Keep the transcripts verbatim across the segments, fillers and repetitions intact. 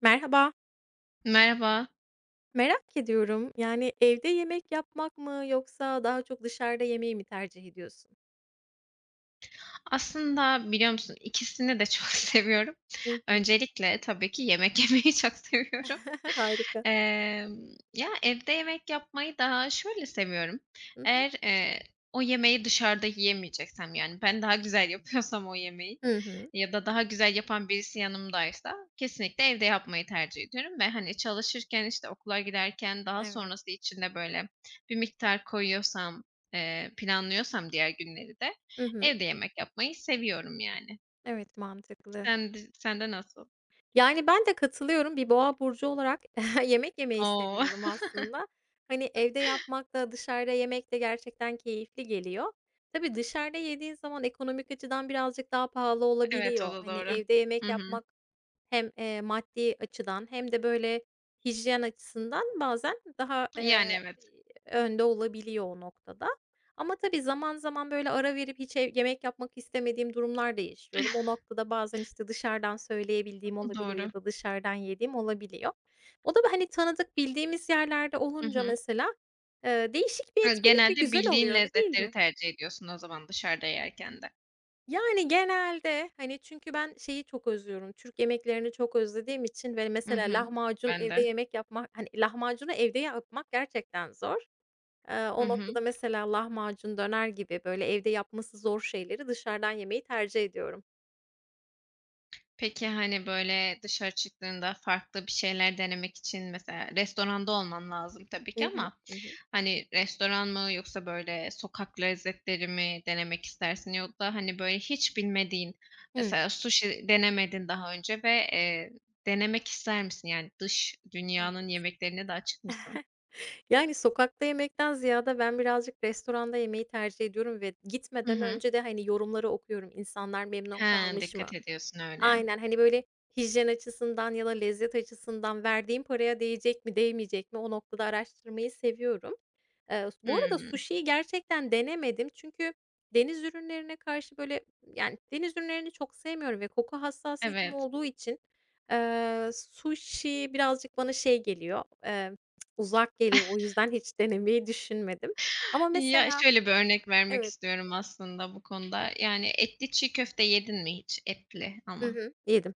Merhaba. Merhaba. Merak ediyorum. Yani evde yemek yapmak mı yoksa daha çok dışarıda yemeği mi tercih ediyorsun? Aslında biliyor musun ikisini de çok seviyorum. Hı hı. Öncelikle tabii ki yemek yemeyi çok seviyorum. Harika. Emm, ya, evde yemek yapmayı daha şöyle seviyorum. Hı hı. Eğer, eee, o yemeği dışarıda yiyemeyeceksem, yani, ben daha güzel yapıyorsam o yemeği Hı hı. ya da daha güzel yapan birisi yanımdaysa kesinlikle evde yapmayı tercih ediyorum ve, hani, çalışırken, işte, okula giderken daha Evet. sonrası içinde böyle, bir miktar koyuyorsam, eee, planlıyorsam diğer günleri de Hı hı. evde yemek yapmayı seviyorum, yani. Evet, mantıklı. Sen d sende nasıl? Yani, ben de katılıyorum. Bir boğa burcu olarak yemek yemeyi O! seviyorum aslında. Hani, evde yapmak da dışarıda yemek de gerçekten keyifli geliyor. Tabii dışarıda yediğin zaman ekonomik açıdan birazcık daha pahalı Evet, o olabiliyor. da Hani, doğru. evde Hı yemek hı. yapmak hem, eee, maddi açıdan hem de, böyle, hijyen açısından bazen daha, Yani, eee, evet. önde olabiliyor o noktada. Ama tabii zaman zaman, böyle, ara verip hiç ev yemek yapmak istemediğim durumlar da yaşıyorum. O noktada bazen, işte, dışarıdan söyleyebildiğim olabiliyor Doğru. ya da dışarıdan yediğim olabiliyor. O da, hani, tanıdık, bildiğimiz yerlerde Hı olunca hı. mesela, eee, değişik bir Ha, etkinlik ve genelde güzel bildiğin oluyor, öyle değil mi? lezzetleri Yani. tercih ediyorsun o zaman dışarıda yerken de. Yani, genelde, hani, çünkü ben şeyi çok özlüyorum, Türk yemeklerini çok özlediğim için ve Hı mesela hı. lahmacun Ben evde de. yemek yapmak, hani, lahmacunu evde yapmak gerçekten zor. Eee, Hı O hı. noktada mesela lahmacun, döner gibi böyle evde yapması zor şeyleri dışarıdan yemeyi tercih ediyorum. Peki, hani, böyle, dışarı çıktığında farklı bir şeyler denemek için mesela restoranda olman lazım tabii Hı ki hı. ama, Hı hı. hani, restoran mı yoksa, böyle, sokak lezzetleri mi denemek istersin? Yok da, hani, böyle, hiç bilmediğin Hımm. mesela sushi denemedin daha önce ve, eee, denemek ister misin? Yani dış dünyanın Evet. yemeklerine de açık mısın? Yani, sokakta yemekten ziyade ben birazcık restoranda yemeyi tercih ediyorum ve Hı gitmeden hı. önce de, hani, yorumları okuyorum. İnsanlar He, memnun kalmış dikkat mı? ediyorsun öyle. Aynen, hani, böyle hijyen açısından ya da lezzet açısından verdiğim paraya değecek mi, değmeyecek mi? O noktada araştırmayı seviyorum. Eee, bu arada Hımm. sushiyi gerçekten denemedim çünkü deniz ürünlerine karşı, böyle, yani, deniz ürünlerini çok sevmiyorum ve koku hassasiyetim Evet. olduğu için, eee, suşi birazcık bana şey geliyor, eee, uzak geliyor. O yüzden hiç denemeyi düşünmedim ama Ya, mesela. şöyle bir örnek vermek Evet. istiyorum aslında bu konuda. Yani, etli çiğ köfte yedin mi hiç? Etli Hı ama. hı. Yedim.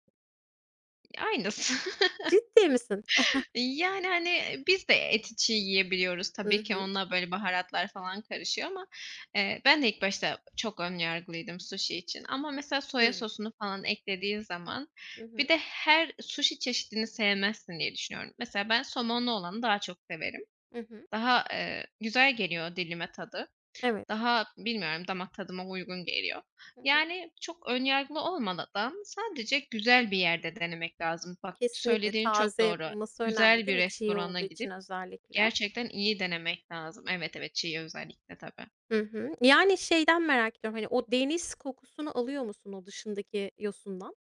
Aynısı. Ciddi misin? Yani, hani, biz de eti çiğ yiyebiliyoruz Hı tabii ki hı. onunla böyle baharatlar falan karışıyor ama, eee, ben de ilk başta çok ön yargılıydım suşi için ama mesela soya sosunu falan eklediğin zaman Hı bir hı. de her suşi çeşidini sevmezsin diye düşünüyorum. Mesela ben somonlu olanı daha çok severim. Hı hı. Daha, eee, güzel geliyor dilime tadı. Evet. Daha bilmiyorum damak tadıma uygun geliyor. Hı hı. Yani çok ön yargılı olmadan sadece güzel bir yerde denemek lazım. Bak Kesinlikle söylediğin çok taze doğru. yapılması önemli Güzel değil bir mi? Çiğ restorana olduğu için gidip özellikle. gerçekten iyi denemek lazım. Evet, evet, çiğ özellikle tabii. Hı hı. Yani, şeyden merak ediyorum, hani, o deniz kokusunu alıyor musun o dışındaki yosundan?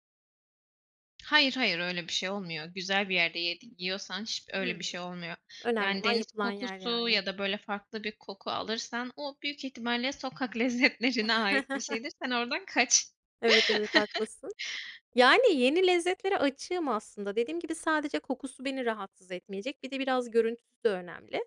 Hayır, hayır öyle bir şey olmuyor. Güzel bir yerde yedi yiyorsan hiç öyle bir şey Hımm. olmuyor. Önemli Yani olan deniz yapılan yer kokusu yani. ya da böyle farklı bir koku alırsan o büyük ihtimalle sokak lezzetlerine ait bir şeydir. Sen oradan kaç. Evet, evet, haklısın. Yani, yeni lezzetlere açığım aslında. Dediğim gibi sadece kokusu beni rahatsız etmeyecek. Bir de biraz görüntüsü de önemli.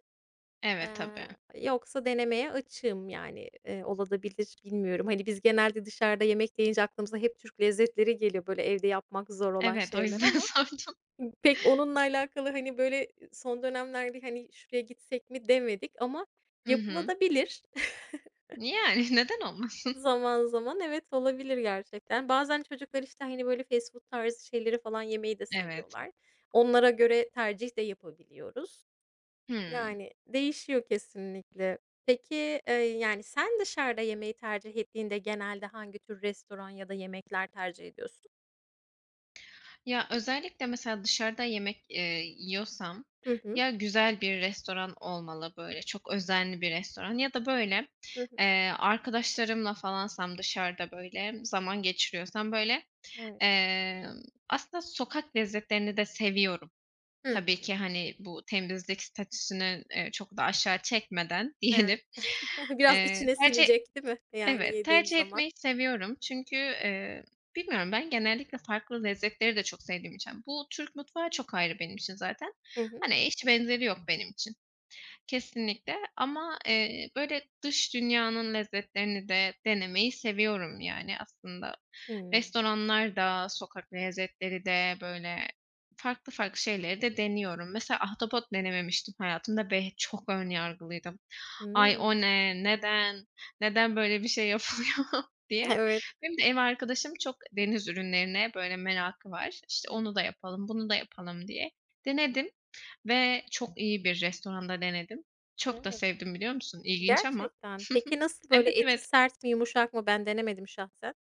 Evet, Eee, tabii. Yoksa denemeye açığım yani, eee, olabilir, bilmiyorum. Hani, biz genelde dışarıda yemek deyince aklımıza hep Türk lezzetleri geliyor, böyle, evde yapmak zor olan Evet, o şeyler yüzden ama sordum. pek onunla alakalı, hani, böyle, son dönemlerde, hani, şuraya gitsek mi demedik ama Hı hı. yapılabilir Yani, neden olmasın? zaman zaman. Evet, olabilir gerçekten. Bazen çocuklar, işte, hani, böyle, fast food tarzı şeyleri falan yemeyi de Evet. seviyorlar. Onlara göre tercih de yapabiliyoruz. Hımm. Yani, değişiyor kesinlikle. Peki, eee, yani, sen dışarıda yemeyi tercih ettiğinde genelde hangi tür restoran ya da yemekler tercih ediyorsun? Ya, özellikle mesela dışarıda yemek, eee, yiyorsam Hı hı. ya güzel bir restoran olmalı, böyle, çok özenli bir restoran ya da, böyle, Hı hı. eee, arkadaşlarımla falansam dışarıda, böyle, zaman geçiriyorsam, böyle, Evet. emm, aslında sokak lezzetlerini de seviyorum. Hı Tabii hı. ki, hani, bu temizlik statüsünü, eee, çok da aşağı çekmeden diyelim. Evet. Biraz Eee, içine tercih sinecek, değil mi? Yani Evet, yediğin tercih zaman. etmeyi seviyorum çünkü, eee, bilmiyorum ben genellikle farklı lezzetleri de çok sevdiğim için. Bu Türk mutfağı çok ayrı benim için zaten. Hı hı. Hani, eşi benzeri yok benim için. Kesinlikle ama, eee, böyle dış dünyanın lezzetlerini de denemeyi seviyorum yani aslında. Hımm. Restoranlar da, sokak lezzetleri de böyle farklı farklı şeyleri de deniyorum. Mesela ahtapot denememiştim hayatımda ve çok ön yargılıydım. "Ay, o Hımm. ne? Neden? Neden böyle bir şey yapılıyor?" diye. Evet. Benim de ev arkadaşım çok deniz ürünlerine böyle merakı var. İşte, Hı "Onu da hı. yapalım, bunu da yapalım." diye. Denedim ve çok iyi bir restoranda denedim çok da Evet. sevdim biliyor musun? İlginç ama. Gerçekten. Peki nasıl, böyle, Evet, eti evet. sert mi, yumuşak mı? Ben denemedim şahsen.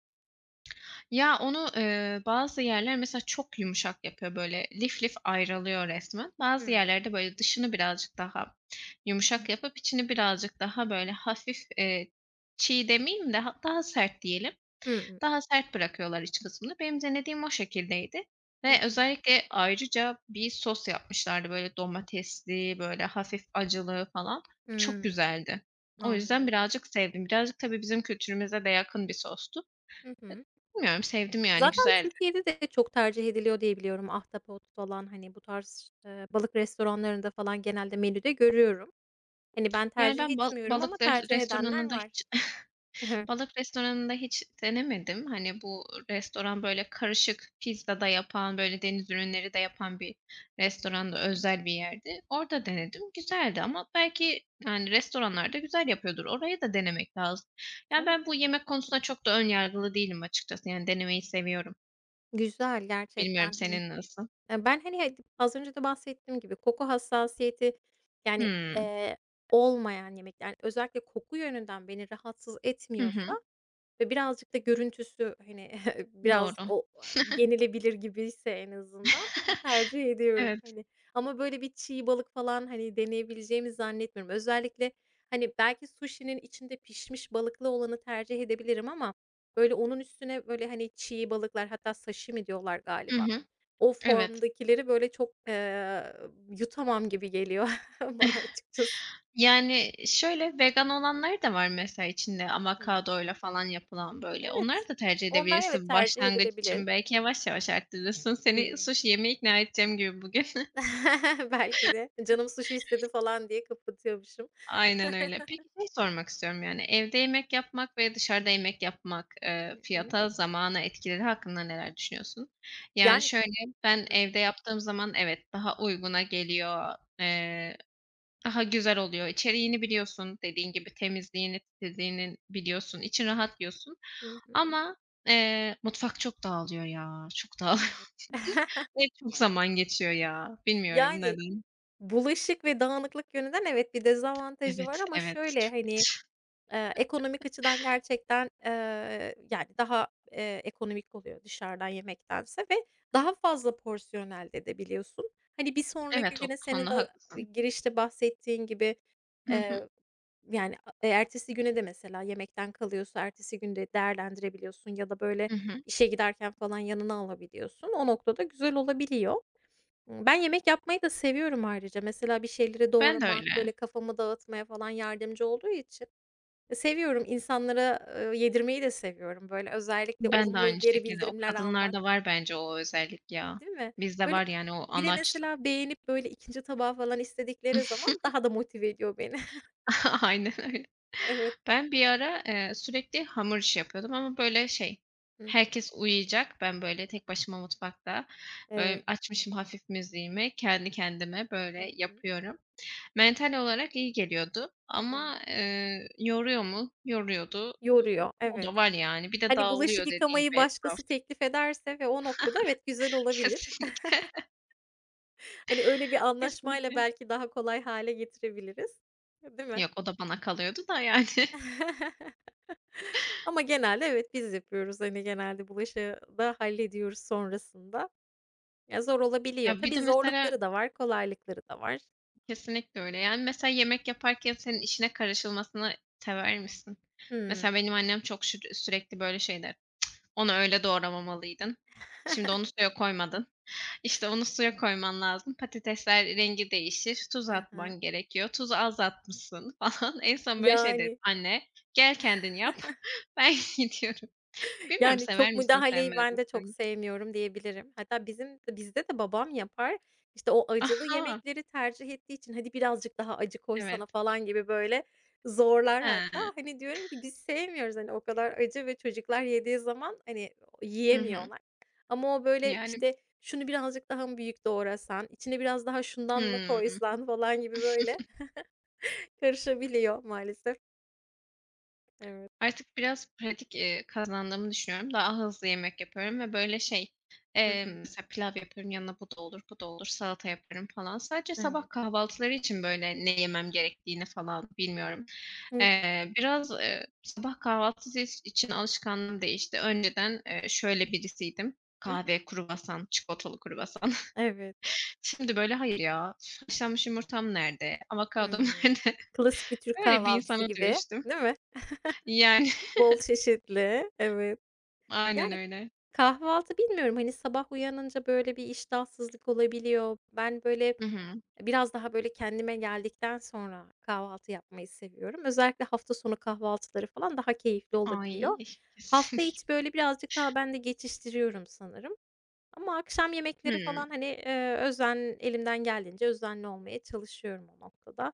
Ya, onu, eee, bazı yerler mesela çok yumuşak yapıyor, böyle lif lif ayrılıyor resmen. Bazı Hımm. yerlerde böyle dışını birazcık daha yumuşak yapıp içini birazcık daha böyle hafif, eee, çiğ demeyeyim de ha daha sert diyelim. Hımm. Daha sert bırakıyorlar iç kısmını. Benim denediğim o şekildeydi Hı ve hı. özellikle ayrıca bir sos yapmışlardı, böyle, domatesli, böyle, hafif acılı falan. Çok Hımm. güzeldi. O yüzden Anlıyorum. birazcık sevdim. Birazcık tabii bizim kültürümüze de yakın bir sostu. Hı hı. Bilmiyorum, sevdim yani, Zaten güzeldi. Türkiye'de de çok tercih ediliyor diye biliyorum. Ahtapot falan, hani, bu tarz, eee, balık restoranlarında falan genelde menüde görüyorum. Hani, ben Yani tercih ben bal etmiyorum ama balık res tercih edenler restoranında var. hiç Evet. Balık restoranında hiç denemedim. Hani, bu restoran, böyle, karışık pizza da yapan, böyle, deniz ürünleri de yapan bir restoranda, özel bir yerdi. Hı Orada hı. denedim, güzeldi ama belki, yani, restoranlarda güzel yapıyordur. Orayı da denemek lazım. Yani Evet, ben bu evet. yemek konusunda çok da ön yargılı değilim açıkçası. Yani, denemeyi seviyorum. Güzel Bilmiyorum gerçekten, hani senin nasıl? Eee, Ben, hani, he az önce de bahsettiğim gibi koku hassasiyeti, yani, Hımm. eee, olmayan yemekler, yani özellikle koku yönünden beni rahatsız Hı hı. etmiyorsa ve birazcık da görüntüsü, hani, biraz Doğru. o yenilebilir gibiyse en azından tercih ediyorum, Evet. hani. Ama böyle bir çiğ balık falan, hani, deneyebileceğimi zannetmiyorum. Özellikle, hani, belki sushi'nin içinde pişmiş balıklı olanı tercih edebilirim ama böyle onun üstüne böyle, hani, çiğ balıklar hatta sashimi diyorlar Hı galiba. hı. O Evet. formdakileri böyle çok, eee, yutamam gibi geliyor bana açıkçası. Yani, şöyle, vegan olanları da var mesela içinde Hımm. avokadoyla falan yapılan, böyle. Evet. Onları da tercih Onlar evet edebilirsin tercih başlangıç için. edilebilir. Belki yavaş yavaş arttırırsın. Seni Hımm. sushi yemeye ikna edeceğim gibi bugün. Belki de "E, canım sushi istedi falan diye kapatıyormuşum. Aynen öyle. Peki, şey sormak istiyorum, yani, evde yemek yapmak ve dışarıda yemek yapmak, eee, Hı hı. fiyata, zamana etkileri hakkında neler düşünüyorsun? Yani, Yani. şöyle, ben Hı hı. evde yaptığım zaman evet, daha uyguna geliyor. eee Daha güzel oluyor. İçeriğini biliyorsun, dediğin gibi temizliğini, titizliğini biliyorsun, için rahat diyorsun. Hı hı. Ama, eee, mutfak çok dağılıyor ya, çok Evet. dağılıyor ve çok zaman geçiyor ya. Bilmiyorum Yani, neden. bulaşık ve dağınıklık yönünden evet, bir dezavantajı var Evet, ama evet. şöyle, Çok hani, eee, ekonomik açıdan gerçekten, eee, yani, daha, eee, ekonomik oluyor dışarıdan yemektense ve daha fazla porsiyon elde edebiliyorsun. Hani, bir sonraki Evet, o güne senin konuda de haklısın. girişte bahsettiğin gibi. Hı hı. Yani, a e, ertesi güne de mesela yemekten kalıyorsa ertesi gün değerlendirebiliyorsun ya da, böyle, Hı hı. işe giderken falan yanına alabiliyorsun. O noktada güzel olabiliyor. Imm, ben yemek yapmayı da seviyorum ayrıca. Mesela bir şeyleri Ben de doğramak, böyle, öyle. kafamı dağıtmaya falan yardımcı olduğu için, e, seviyorum. İnsanlara, ııı, yedirmeyi de seviyorum. Böyle, özellikle Ben de olumlu aynı geri şekilde. O bildirimler almak, kadınlarda var bence o özellik ya. değil mi? Bizde Böyle, var yani o bir de anaçlık. mesela beğenip, böyle, ikinci tabağı falan istedikleri zaman daha da motive ediyor beni. Aynen öyle. Evet. Ben bir ara, eee, sürekli hamur işi yapıyordum ama böyle şey, Hı hı. herkes uyuyacak. Ben böyle tek başıma mutfakta, böyle Evet. açmışım hafif müziğimi, kendi kendime Hı böyle hı. yapıyorum. Mental olarak iyi geliyordu ama, Evet. eee, yoruyor mu? Yoruyordu. Yoruyor, O evet. da var yani. Bir de Hani, dağılıyor bulaşık dediğin gibi yıkamayı etraf. başkası teklif ederse ve o noktada evet, güzel olabilir. Kesinlikle, Hani, öyle bir anlaşmayla kesinlikle. belki daha kolay hale getirebiliriz, değil mi? Yok, o da bana kalıyordu da yani. Ama genelde evet, biz yapıyoruz. Hani, genelde bulaşığı da hallediyoruz sonrasında. Ya, zor olabiliyor. Ya bir de Tabii mesela zorlukları da var, kolaylıkları da var. kesinlikle öyle. Yani, mesela yemek yaparken senin işine karışılmasını sever misin? Mesela Hımm. benim annem çok şür sürekli böyle şeyler. "Onu öyle doğramamalıydın. Şimdi onu suya koymadın. İşte, onu suya koyman lazım. Patatesler rengi değişir. Tuz Hı. atman gerekiyor. Tuzu az atmışsın." falan. En son böyle şey derim. Yani. "Anne, gel kendin yap. Ben gidiyorum." Bilmiyorum Yani, sever çok misin, müdahaleyi sevmez ben de çok misin? sevmiyorum diyebilirim. Hatta bizim bizde de babam yapar. İşte, o acılı Aha! yemekleri tercih ettiği için, "Hadi birazcık daha acı Evet. koysana." falan gibi, böyle, zorlar hatta. He. Hani, diyorum ki biz sevmiyoruz, hani, o kadar acı ve çocuklar yediği zaman, hani, Hı hı. yiyemiyorlar. Ama o, böyle, Yani. işte, "Şunu birazcık daha mı büyük doğrasan, içine biraz daha şundan mı Hımm. koysan?" falan gibi, böyle, karışabiliyor maalesef. Evet. Artık biraz pratik, eee, kazandığımı düşünüyorum. Daha hızlı yemek yapıyorum ve böyle şey, Hı eee, hı. mesela pilav yapıyorum, yanına bu da olur, bu da olur, salata yaparım falan. Sadece sabah Evet. kahvaltıları için böyle ne yemem gerektiğini falan bilmiyorum. Hı hı. Eee, biraz, eee, sabah kahvaltısı iç için alışkanlığım değişti. Önceden, eee, şöyle birisiydim: Hı hı. kahve, kruvasan, çikolatalı kruvasan. Evet. Şimdi böyle hayır ya, haşlanmış yumurtam nerede, avokadom Hımm. nerede? Klasik bir Türk Öyle bir kahvaltısı insana gibi, dönüştüm. değil mi? Yani, Bol çeşitli, evet. aynen Yani, öyle. kahvaltı bilmiyorum, hani, sabah uyanınca, böyle, bir iştahsızlık olabiliyor. Ben, böyle, Hı hı. biraz daha, böyle, kendime geldikten sonra kahvaltı yapmayı seviyorum. Özellikle hafta sonu kahvaltıları falan daha keyifli Ay, olabiliyor. Hafta kesinlikle. içi, böyle, birazcık daha ben de geçiştiriyorum sanırım ama akşam yemekleri Hımm. falan, hani, eee, özen elimden geldiğince özenli olmaya çalışıyorum o noktada.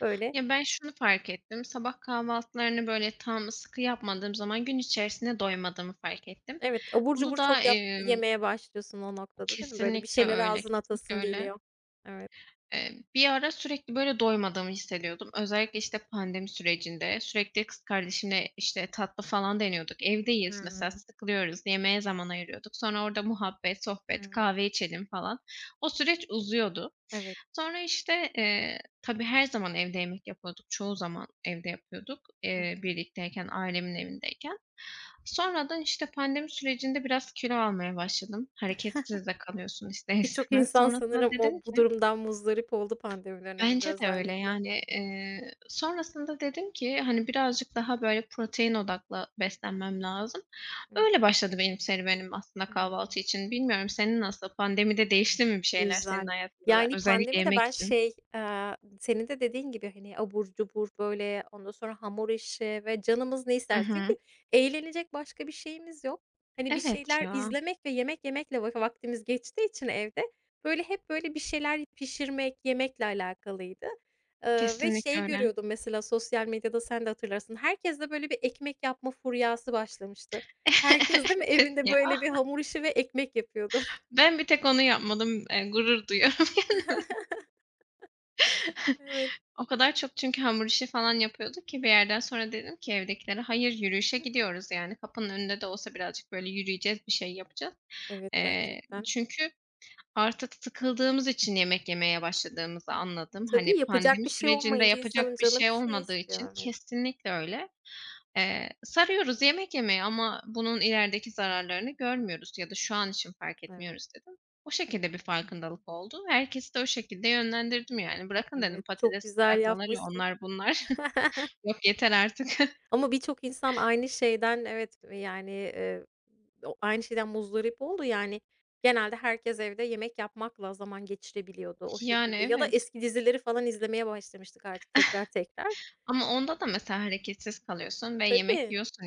Böyle. Ya, ben şunu fark ettim, sabah kahvaltılarını, böyle, tam sıkı yapmadığım zaman gün içerisinde doymadığımı fark ettim. Evet, abur Bunu cubur da, çok yap emm yemeye başlıyorsun o noktada, değil mi? Böyle bir Kesinlikle şeyleri öyle, ağzına kesinlikle atasın öyle. geliyor. Evet. Eee, bir ara sürekli, böyle, doymadığımı hissediyordum. Özellikle, işte, pandemi sürecinde sürekli kız kardeşimle, işte, tatlı falan deniyorduk. Evdeyiz mesela, Hımm. sıkılıyoruz, yemeğe zaman ayırıyorduk. Sonra orada muhabbet, sohbet, Evet, kahve içelim falan. O süreç uzuyordu. evet. Sonra, işte, eee, tabii her zaman evde yemek yapıyorduk. Çoğu zaman evde yapıyorduk, Hı eee, hı. birlikteyken, ailemin evindeyken. Sonradan, işte, pandemi sürecinde biraz kilo almaya başladım. Hareketsiz de kalıyorsun ister Birçok istemez. insan Sonrasında sanırım dedim o bu ki. durumdan muzdarip oldu pandemi döneminde Bence de öyle, özellikle. yani, eee, sonrasında dedim ki, hani, birazcık daha, böyle, protein odaklı beslenmem lazım. Hı Öyle hı. başladı benim serüvenim aslında Hıı. kahvaltı için. Bilmiyorum senin nasıl? Pandemide değişti mi bir şeyler senin Güzel. hayatında da Yani, özellikle pandemi de yemek ben için? şey, eee, senin de dediğin gibi, hani, abur cubur, böyle, ondan sonra hamur işi ve canımız ne Hı ister hı. çünkü eğlenecek başka bir şeyimiz yok. Hani, bir Evet şeyler ya, izlemek ve yemek yemekle va vaktimiz geçtiği için evde, böyle, hep, böyle, bir şeyler pişirmek, yemekle alakalıydı. Eee, ve kesinlikle şeyi öyle. görüyordum mesela sosyal medyada, sen de hatırlarsın, herkes de böyle, bir ekmek yapma furyası başlamıştı. Herkes, değil mi, evinde, Ya, böyle, bir hamur işi ve ekmek yapıyordu. ben bir tek onu yapmadım, eee, gurur duyuyorum. Evet. O kadar çok çünkü hamur işi falan yapıyorduk ki bir yerden sonra dedim ki evdekilere, "Hayır, yürüyüşe gidiyoruz." yani. Kapının önünde de olsa birazcık böyle yürüyeceğiz, bir şey yapacağız. Evet, Eee, gerçekten. çünkü artık sıkıldığımız için yemek yemeye başladığımızı anladım. Tabii, Hani, yapacak pandemi bir şey sürecinde olmayınca yapacak insanın bir canı bir şey şey olmadığı için istiyor. Evet, kesinlikle öyle. Eee, sarıyoruz yemek yemeye ama bunun ilerideki zararlarını görmüyoruz ya da şu an için fark evet, etmiyoruz dedim. O şekilde bir farkındalık oldu. Herkesi de o şekilde yönlendirdim yani. Bırakın dedim evet. Çok patates güzel kızartmaları, yapmışsın. onlar bunlar. Yok yeter artık. Ama birçok insan aynı şeyden evet, yani, eee, o aynı şeyden muzdarip oldu. Yani, genelde herkes evde yemek yapmakla zaman geçirebiliyordu o Yani şekilde ya da evet. eski dizileri falan izlemeye başlamıştık artık tekrar tekrar. Ama onda da mesela hareketsiz kalıyorsun ve yemek Tabii. yiyorsun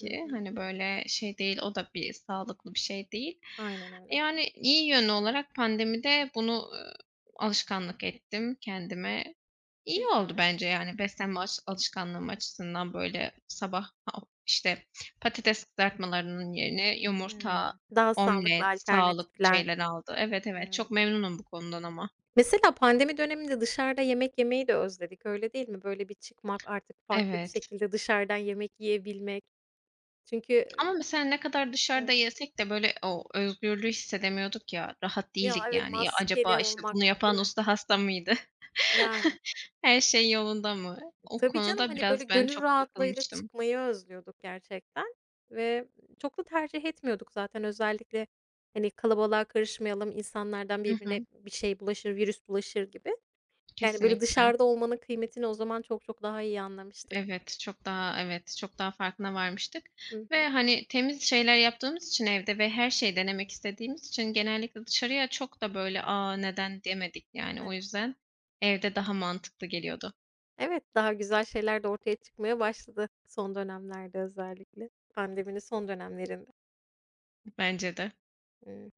Hı hı. Hani böyle şey değil, o da bir sağlıklı bir şey değil. Aynen öyle. Yani iyi yönü olarak pandemide bunu, eee, alışkanlık ettim kendime. İyi oldu Güzel. bence, yani, beslenme aş alışkanlığım açısından, böyle, sabah, a işte, patates kızartmalarının yerine yumurta, Hımm. Daha sağlıklı omlet, sağlıklı alternatifler. şeyler aldı. Evet, evet, çok Evet. memnunum bu konudan ama. Mesela pandemi döneminde dışarıda yemek yemeyi de özledik, öyle değil mi? Böyle bir çıkmak, artık farklı bir Evet. şekilde dışarıdan yemek yiyebilmek. Çünkü, eee, Ama mesela ne kadar dışarıda evet, yesek de, böyle, o özgürlüğü hissedemiyorduk ya, rahat değildik, ya, evet, yani. Ya, acaba, maskeli işte, olmak, bunu değil yapan mi? usta hasta mıydı? Yani, Her şey yolunda mı? O tabii canım, konuda hani, böyle biraz ben gönül çok rahatlığıyla takılmıştım. çıkmayı özlüyorduk gerçekten ve çok da tercih etmiyorduk zaten. Özellikle, hani, kalabalığa karışmayalım, insanlardan Hı hı. birbirine bir şey bulaşır, virüs bulaşır gibi. Yani, böyle Kesinlikle. dışarıda olmanın kıymetini o zaman çok çok daha iyi anlamıştık. Evet, çok daha evet, çok daha farkına varmıştık Hı ve, hı. hani, temiz şeyler yaptığımız için evde ve her şeyi denemek istediğimiz için genellikle dışarıya çok da, böyle, "A, neden?" demedik, yani. O Evet. yüzden evde daha mantıklı geliyordu Evet, daha güzel şeyler de ortaya çıkmaya başladı son dönemlerde özellikle. Pandeminin son dönemlerinde. bence de. Hı